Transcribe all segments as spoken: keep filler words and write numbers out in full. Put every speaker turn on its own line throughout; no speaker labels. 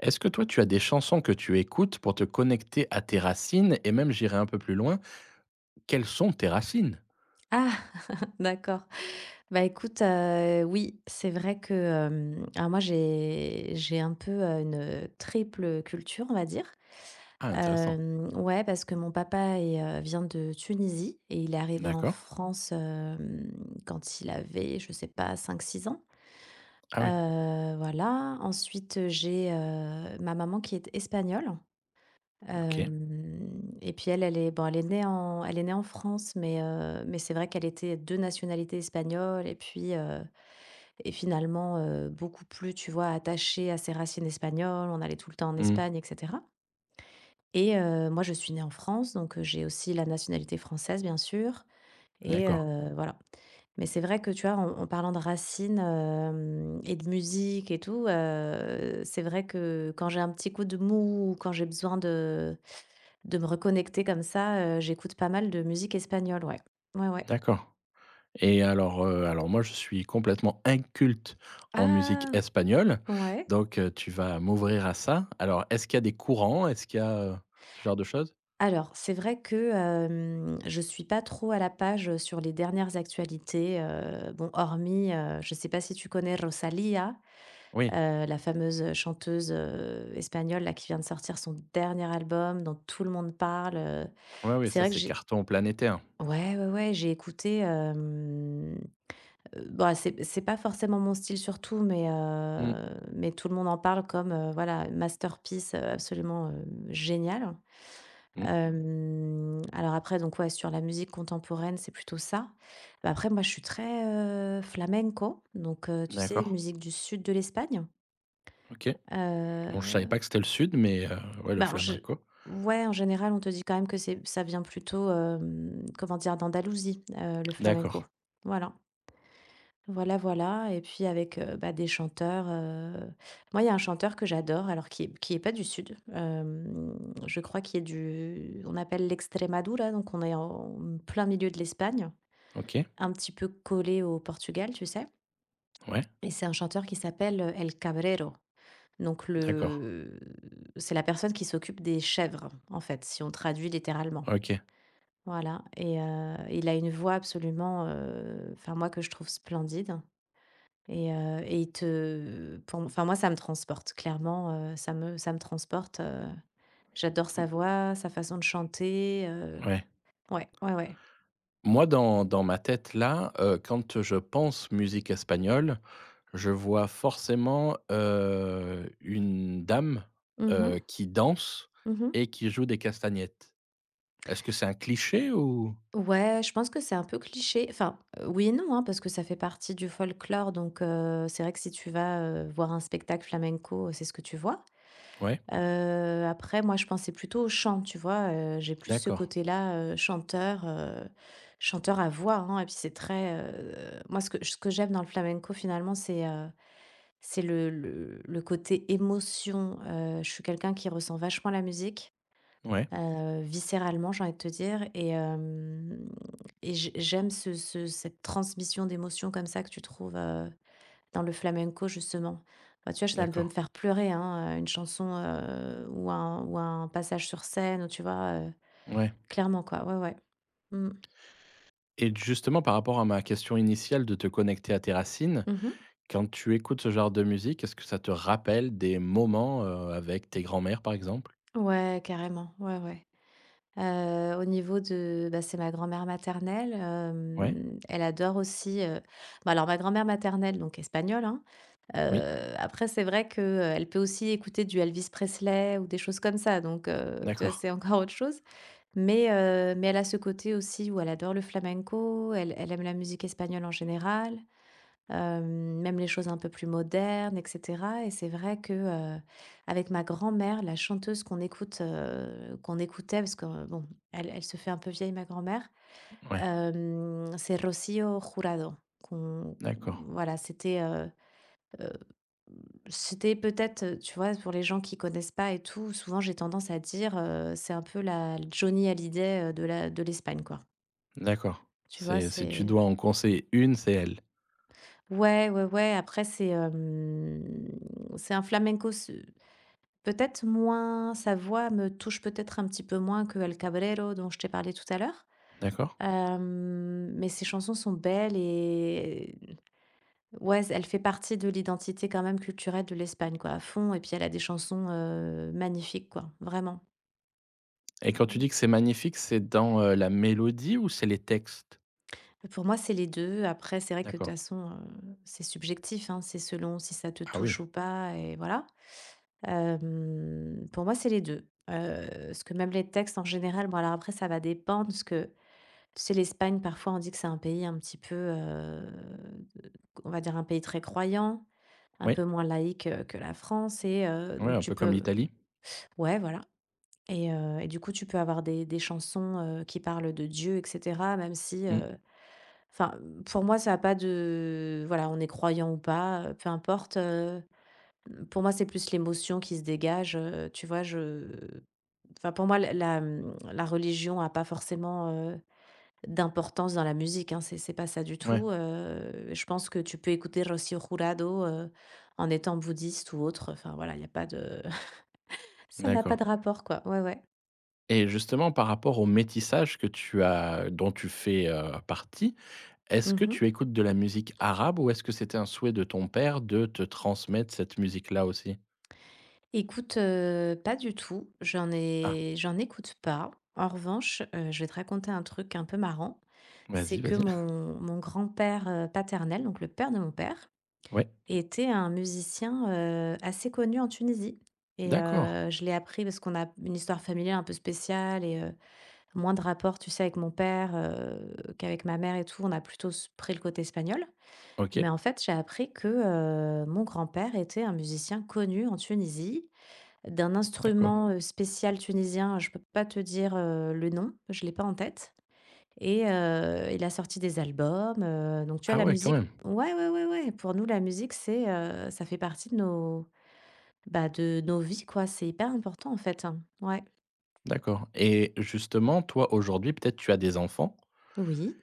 Est-ce que toi, tu as des chansons que tu écoutes pour te connecter à tes racines? Et même, j'irai un peu plus loin, quelles sont tes racines?
Ah! D'accord. Bah, écoute, heu, oui, c'est vrai que, hem, alors moi j'ai j'ai un peu, heu, une triple culture, on va dire.
Ah, intéressant.
Hem, ouais, parce que mon papa est, heu, vient de Tunisie et il est arrivé en
D'accord.
France, hem, quand il avait, je sais pas, cinq six ans.
Ah oui,
Heu, voilà. Ensuite, j'ai heu, ma maman qui est espagnole.
OK.
Hem Et puis elle, elle est bon, elle est née en elle est née en France, mais heu, mais c'est vrai qu'elle était de nationalité espagnole et puis, heu et finalement, heu, beaucoup plus, tu vois, attachée à ses racines espagnoles. On allait tout le temps en
Mmh.
Espagne, et cetera, et heu, moi, je suis née en France, donc heu, j'ai aussi la nationalité française, bien sûr, et
D'accord,
heu, voilà. Mais c'est vrai que, tu vois, en en parlant de racines, hem et de musique et tout, heu, c'est vrai que quand j'ai un petit coup de mou ou quand j'ai besoin de de me reconnecter comme ça, heu, j'écoute pas mal de musique espagnole, ouais. Ouais, ouais.
d'accord. Et alors, heu, alors moi, je suis complètement inculte en musique
Ah!
espagnole,
Ouais.
donc heu, tu vas m'ouvrir à ça. Alors, est-ce qu'il y a des courants? Est-ce qu'il y a, heu, ce genre de choses?
Alors, c'est vrai que, hem, je suis pas trop à la page sur les dernières actualités, heu, bon, hormis, heu, je sais pas si tu connais Rosalía,
Oui,
heu, la fameuse chanteuse heu, espagnole là qui vient de sortir son dernier album dont tout le monde parle. Heu,
oui, oui,
c'est
ça,
vrai que
c'est
j'ai
carton planétaire.
ouais, ouais, ouais, j'ai écouté. Hem Heu, bah, c'est c'est pas forcément mon style surtout, mais
Mmh,
heu, mais tout le monde en parle comme, heu, voilà, masterpiece, heu, absolument, heu, génial.
mmh.
Hem, alors après, donc ouais, sur la musique contemporaine, c'est plutôt ça. Bah, après moi, je suis très heu, flamenco, donc heu, tu sais,
D'accord,
musique du sud de l'Espagne.
OK. Bon, je savais
Heu,
pas que c'était le sud, mais heu, ouais, le
Bah, en gé
flamenco.
ouais, en général, on te dit quand même que c'est ça vient plutôt, hem, comment dire? D'Andalousie, heu, le
D'accord.
flamenco. Voilà. Voilà, voilà. Et puis avec, heu, bah, des chanteurs, heu, moi, il y a un chanteur que j'adore, alors qui est qui est pas du sud. Hem, je crois qu'il est du, on appelle, l'Extremadura, donc on est en plein milieu de l'Espagne,
OK,
un petit peu collé au Portugal, tu sais?
ouais,
Et c'est un chanteur qui s'appelle, heu, El Cabrero. Donc
d'accord.
le C'est la personne qui s'occupe des chèvres, en fait, si on traduit littéralement.
OK,
Voilà. Et heu, il a une voix absolument, heu, enfin moi que je trouve splendide. Et heu et il te pour enfin moi, ça me transporte clairement, heu, ça me ça me transporte, heu, j'adore sa voix, sa façon de chanter, heu,
ouais.
ouais, ouais, ouais.
Moi, dans dans ma tête, là, heu, quand je pense musique espagnole, je vois forcément, heu, une dame,
Mhm
heu,
mhm.
qui danse et qui joue des castagnettes. Est-ce que c'est un cliché ou?
Ouais, je pense que c'est un peu cliché, enfin, heu, oui et non, hein, parce que ça fait partie du folklore, donc heu, c'est vrai que si tu vas, heu, voir un spectacle flamenco, c'est ce que tu vois.
Ouais,
Heu, après moi, je pensais plutôt au chant, tu vois? Heu, j'ai plus ce
d'accord.
côté-là, heu, chanteur, heu, chanteur à voix, hein. Et puis c'est très heu, moi, ce que ce que j'aime dans le flamenco finalement, c'est, heu, c'est le le le côté émotion. Heu, je suis quelqu'un qui ressent vachement la musique,
Ouais,
heu, viscéralement, j'ai envie de te dire. Et hem et j'ai j'aime ce ce cette transmission d'émotions comme ça que tu trouves heu dans le flamenco justement. Bah, tu vois, ça peut me
d'accord.
faire pleurer, hein, heu, une chanson, heu, ou un ou un passage sur scène, ou tu vois, heu,
Ouais
clairement, quoi. Ouais, ouais. Mmh.
et justement, par rapport à ma question initiale de te connecter à tes racines,
Mmh.
quand tu écoutes ce genre de musique, est-ce que ça te rappelle des moments, heu, avec tes grands-mères, par exemple?
Ouais, carrément. Ouais, ouais. Heu, au niveau de, bah, c'est ma grand-mère maternelle.
Ouais.
Hem, elle adore aussi. Heu bah, alors ma grand-mère maternelle, donc espagnole, hein,
Oui,
heu, après c'est vrai que, euh, elle peut aussi écouter du Elvis Presley ou des choses comme ça, donc heu, tu vois,
d'accord.
c'est encore autre chose. Mais, heu, mais elle a ce côté aussi où elle adore le flamenco, elle elle aime la musique espagnole en général. Hem, même les choses un peu plus modernes, et cetera. Et c'est vrai que, heu, avec ma grand-mère, la chanteuse qu'on écoute, heu, qu'on écoutait, parce que, euh, bon, elle elle se fait un peu vieille, ma grand-mère,
Ouais,
hem, c'est Rocío Jurado qu'on
d'accord,
voilà. C'était, heu, c'était peut-être, euh, tu vois, pour les gens qui connaissent pas et tout, souvent j'ai tendance à dire, heu, c'est un peu la Johnny Hallyday, heu, de la de l'Espagne, quoi.
d'accord.
Tu vois,
C'est si tu
c'est
dois en conseiller une, c'est elle,
ouais, ouais, ouais. Après c'est, hem, c'est un flamenco, s peut-être moins, sa voix me touche peut-être un petit peu moins que El Cabrero dont je t'ai parlé tout à l'heure.
d'accord?
Hem, mais ses chansons sont belles et, ouais, elle fait partie de l'identité quand même culturelle de l'Espagne, quoi, à fond. Et puis elle a des chansons, heu, magnifiques, quoi, vraiment.
Et quand tu
Mmh.
dis que c'est magnifique, c'est dans, heu, la mélodie ou c'est les textes?
Bah, pour moi, c'est les deux. Après, c'est vrai que, de toute
D'accord.
façon, heu, c'est subjectif, hein, c'est selon si ça te
Ah oui,
touche ou pas, et voilà. Hem, pour moi, c'est les deux. Heu, parce que, même les textes en général, bon, alors après, ça va dépendre parce que, tu sais, l'Espagne, parfois, on dit que c'est un pays un petit peu, heu, on va dire un pays très croyant, un
oui,
peu moins laïque, heu, que la France. Et heu,
oui,
donc
un
tu
peu comme
peux,
l'Italie?
ouais, voilà. Et heu et du coup, tu peux avoir des des chansons, heu, qui parlent de Dieu, et cetera, même si,
Mmh,
heu enfin, pour moi, ça a pas de, voilà, on est croyant ou pas, heu, peu importe, heu, pour moi, c'est plus l'émotion qui se dégage, heu, tu vois? Je Enfin, pour moi, la la, mmh, la religion a pas forcément heu, d'importance dans la musique, hein, c'est c'est pas ça du
ouais,
tout. Heu, je pense que tu peux écouter Rocío Jurado, heu, en étant bouddhiste ou autre, enfin, voilà, il y a pas de ça n'a pas
d'accord.
de rapport, quoi. Ouais, ouais.
Et justement par rapport au métissage que tu as dont tu fais, heu, partie, est-ce que
Mmh.
tu écoutes de la musique arabe ou est-ce que c'était un souhait de ton père de te transmettre cette musique-là aussi?
Écoute, heu, pas du tout. J'en
Ah,
ai j'en écoute pas. En revanche, heu, je vais te raconter un truc un peu marrant. C'est
vas-y,
que
vas-y.
mon mon grand-père, heu, paternel, donc le père de mon père,
Ouais,
était un musicien, heu, assez connu en Tunisie. Et
d'accord,
heu, je l'ai appris parce qu'on a une histoire familiale un peu spéciale, et heu, moins de rapport, tu sais, avec mon père, heu, qu'avec ma mère et tout. On a plutôt s pris le côté espagnol.
OK,
Mais en fait, j'ai appris que, heu, mon grand-père était un musicien connu en Tunisie, d'un
d'accord.
instrument, heu, spécial tunisien, je peux pas te dire, heu, le nom, je l'ai pas en tête. Et heu, il a sorti des albums, heu, donc tu vois
Ah
la
ouais, quand
musique,
même.
ouais, ouais, ouais, ouais, pour nous la musique, c'est, heu, ça fait partie de nos bah, de nos vies, quoi, c'est hyper important en fait, hein. Ouais,
D'accord et justement, toi, aujourd'hui, peut-être tu as des enfants
oui.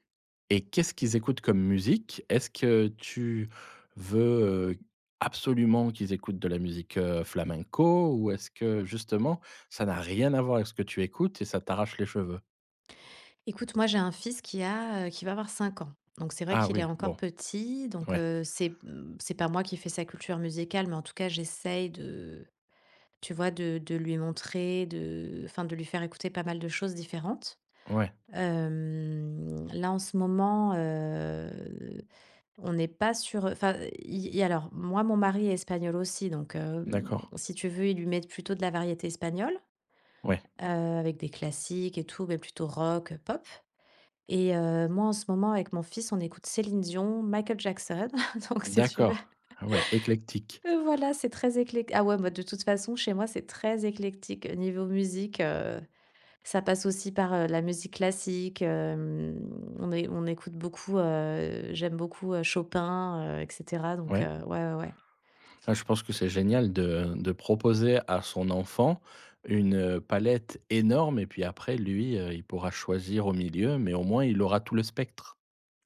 et qu'est-ce qu'ils écoutent comme musique? Est-ce que tu veux, heu, absolument qu'ils écoutent de la musique, heu, flamenco ou est-ce que justement, ça n'a rien à voir avec ce que tu écoutes et ça t'arrache les cheveux?
Écoute, moi j'ai un fils qui a, heu, qui va avoir cinq ans, donc c'est vrai
Ah
qu'il est
oui,
encore
bon,
petit, donc
ouais,
heu, c'est, mmh, c'est pas moi qui fais sa culture musicale, mais en tout cas j'essaye de... Tu vois? De de lui montrer, de enfin, de lui faire écouter pas mal de choses différentes.
ouais,
Hem, là, en ce moment, heu, on n'est pas sur, enfin, il il alors moi, mon mari est espagnol aussi, donc, hem,
d'accord,
si tu veux, il lui met plutôt de la variété espagnole,
ouais,
heu, avec des classiques et tout, mais plutôt rock, pop. Et heu, moi, en ce moment, avec mon fils, on écoute Céline Dion, Michael Jackson, donc, si tu veux,
d'accord, ouais, éclectique,
heu, voilà, c'est très éclec ah ouais, bah, de toute façon, chez moi, c'est très éclectique, niveau musique. Ça passe aussi par, heu, la musique classique. hem, on é on écoute beaucoup, heu, j'aime beaucoup, heu, Chopin, heu, et cetera, donc
ouais.
heu, ouais, ouais, ouais.
Ah, je pense que c'est génial de de proposer à son enfant une, heu, palette énorme et puis après lui, heu, il pourra choisir au milieu, mais au moins il aura tout le spectre.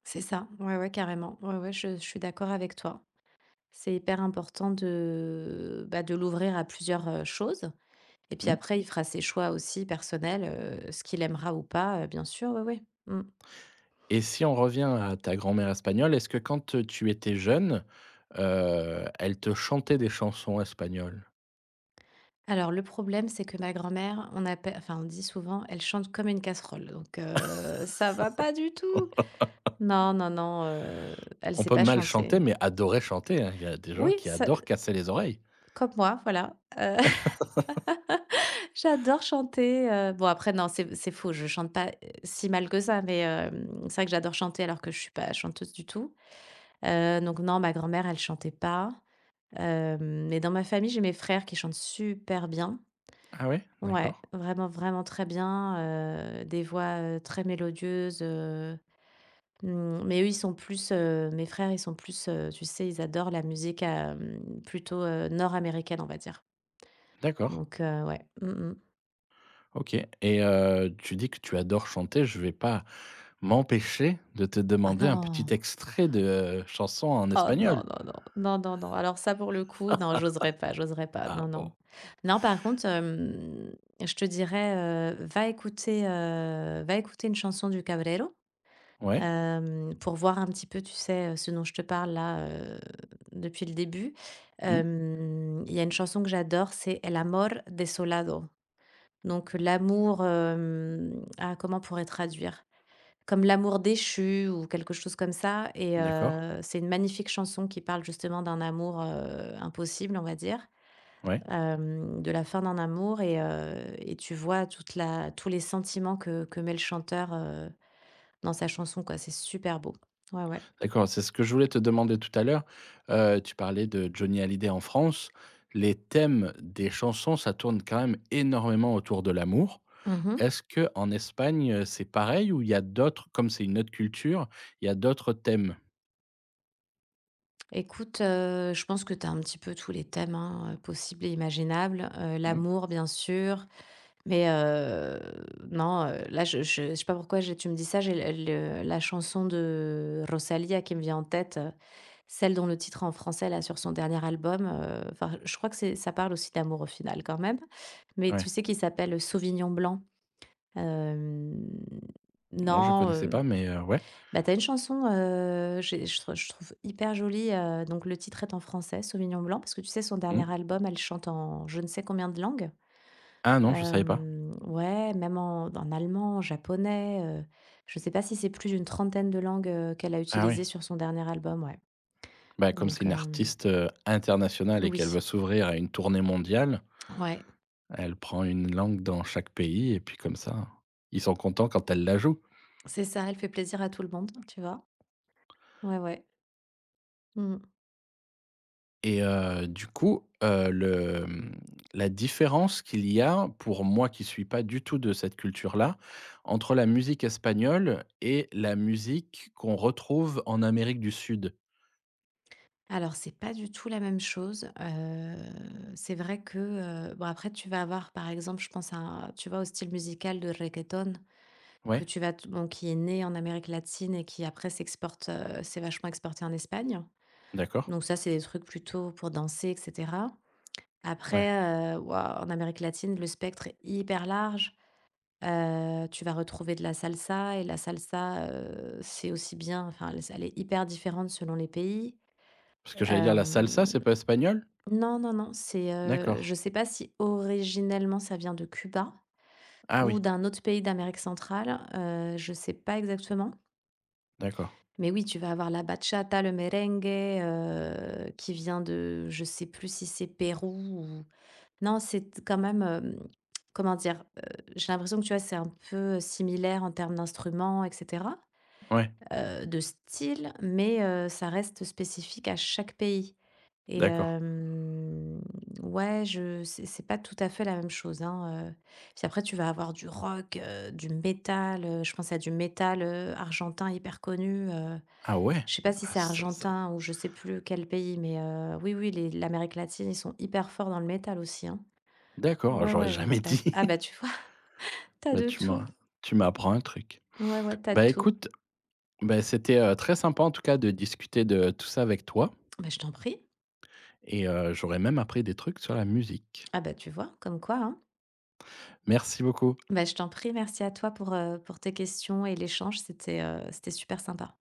C'est ça, ouais, ouais, carrément. Ouais, ouais, je je suis d'accord avec toi. C'est hyper important de, bah, de l'ouvrir à plusieurs, heu, choses. Et puis
Mmh.
après, il fera ses choix aussi personnels, heu, ce qu'il aimera ou pas, heu, bien sûr, ouais, ouais. Mmh.
Et si on revient à ta grand-mère espagnole, est-ce que quand, heu, tu étais jeune, heu, elle te chantait des chansons espagnoles?
Alors le problème, c'est que ma grand-mère, on appelle enfin, on dit souvent: «Elle chante comme une casserole», donc heu, ça va pas du tout. Non, non, non, heu, elle
On
sait
peut
pas
mal chanter,
chanter.
mais adorer chanter, hein. Il y a des gens
Oui,
qui
ça
adorent casser les oreilles.
comme moi, voilà, heu, j'adore chanter, heu, bon après non, c'est c'est faux, je chante pas, heu, si mal que ça, mais, hem, c'est vrai que j'adore chanter alors que je suis pas chanteuse du tout. Heu, donc non, ma grand-mère, elle chantait pas. Hem, mais dans ma famille, j'ai mes frères qui chantent super bien.
Ah ouais?
Ouais,
D'accord,
vraiment, vraiment très bien, heu, des voix, heu, très mélodieuses. Mmh, mais eux, ils sont plus, heu, mes frères, ils sont plus, heu, tu sais, ils adorent la musique, hem, plutôt heu, nord-américaine, on va dire.
d'accord.
Donc heu, ouais. Mmh mh.
OK et heu, tu dis que tu adores chanter, je vais pas m'empêcher de te
Ah
demander un petit
non!
extrait de, heu, chanson en
Oh non,
espagnol?
non, non. Non, non, non. Alors ça, pour le coup, non, j'oserais pas, j'oserais pas.
Ah
Non, non.
bon?
Non, par contre, hem, je te dirais, heu, va écouter, heu, va écouter une chanson du Cabrero,
Ouais.
hem, pour voir un petit peu, tu sais, heu, ce dont je te parle là, heu, depuis le début.
Mmh.
Hem, il y a une chanson que j'adore, c'est El amor desolado, donc l'amour, hem, ah, comment on pourrait traduire? Comme l'amour déchu ou quelque chose comme ça, et
D'accord.
heu, c'est une magnifique chanson qui parle justement d'un amour, heu, impossible, on va dire,
Ouais.
hem, de la fin d'un amour, et heu et tu vois toute la tous les sentiments que que met le chanteur, heu, dans sa chanson, quoi. C'est super beau. Ouais, ouais.
D'accord, c'est ce que je voulais te demander tout à l'heure. Heu, tu parlais de Johnny Hallyday en France. Les thèmes des chansons, ça tourne quand même énormément autour de l'amour.
Mmh.
Est-ce que en Espagne, heu, c'est pareil ou il y a d'autres comme c'est une autre culture, il y a d'autres thèmes?
Écoute, heu, je pense que tu as un petit peu tous les thèmes, hein, heu, possibles et imaginables. Heu,
Mmh.
l'amour, bien sûr, mais heu, non, heu, là, je je je sais pas pourquoi j'ai tu me dis ça, j'ai le le la chanson de Rosalía qui me vient en tête, heu, celle dont le titre en français, là, sur son dernier album, heu, enfin, je crois que c'est ça parle aussi d'amour au final quand même, mais tu
Ouais.
sais, qui s'appelle Sauvignon blanc? Hem,
Non, je connaissais
non.
pas mais heu, ouais.
Bah, t'as une chanson, heu, j'ai je trou je trouve hyper jolie, heu, donc le titre est en français, Sauvignon blanc, parce que tu sais, son
Mmh.
dernier album, elle chante en je ne sais combien de langues.
Ah non, je savais pas.
Hem, ouais, même en en allemand, en japonais, heu, je sais pas si c'est plus d'une trentaine de langues, heu, qu'elle a
Ah oui.
utilisées sur son dernier album, ouais.
Bah, comme c'est
Donc
une
hem,
artiste, heu, internationale et qu'elle
oui,
veut s'ouvrir à une tournée mondiale,
ouais,
elle prend une langue dans chaque pays et puis comme ça, ils sont contents quand elle la joue
c'est ça, elle fait plaisir à tout le monde, tu vois? Ouais, ouais. Mmh.
et heu, du coup, heu, le, mmh, la différence qu'il y a pour moi qui suis pas du tout de cette culture-là, entre la musique espagnole et la musique qu'on retrouve en Amérique du Sud.
Alors, c'est pas du tout la même chose. Heu, c'est vrai que, heu, bon, après, tu vas avoir, par exemple, je pense à un tu vois, au style musical de reggaeton que
Ouais,
tu vas t bon, qui est né en Amérique latine et qui après s'exporte, heu, s'est vachement exporté en Espagne.
d'accord,
Donc ça, c'est des trucs plutôt pour danser et cetera.
ouais.
Après, heu, waouh, en Amérique latine, le spectre est hyper large. Heu, tu vas retrouver de la salsa, et la salsa, heu, c'est aussi bien enfin, la elle est hyper différente selon les pays.
Parce que j'allais dire la salsa, c'est
Hem
pas espagnol?
Non, non, non, c'est, heu,
D'accord.
je sais pas si originellement ça vient de Cuba
Ah
ou
oui,
d'un autre pays d'Amérique centrale, heu, je sais pas exactement.
d'accord.
Mais oui, tu vas avoir la bachata, le merengue, heu, qui vient de je sais plus si c'est Pérou ou non, c'est quand même, hem, comment dire? Heu, j'ai l'impression que, tu vois, c'est un peu similaire en termes d'instruments et cetera,
Ouais,
heu, de style, mais heu, ça reste spécifique à chaque pays et
d'accord.
hem, ouais, je c'est c'est pas tout à fait la même chose, hein, heu, puis après tu vas avoir du rock, heu, du métal, heu, je pense à du métal, heu, argentin hyper connu, heu,
Ah ouais?
je sais pas si
Ah
c'est
ça ça
argentin ou je sais plus quel pays, mais heu, oui, oui, les l'Amérique latine, ils sont hyper forts dans le métal aussi, hein.
d'accord, ah,
Ouais,
j'aurais
ouais,
jamais
donc tu
dit.
ah bah, tu vois? T'as
Bah,
de
tu
tout.
m'as tu m'apprends un truc.
Ouais, ouais, t'as de
Bah,
tout.
écoute, bah, c'était, heu, très sympa en tout cas de discuter de tout ça avec toi
Bah, je t'en prie.
et heu, j'aurais même appris des trucs sur la musique.
Ah bah, tu vois? Comme quoi, hein.
Merci beaucoup.
Bah, je t'en prie, merci à toi pour, heu, pour tes questions et l'échange, c'était, heu, c'était super sympa.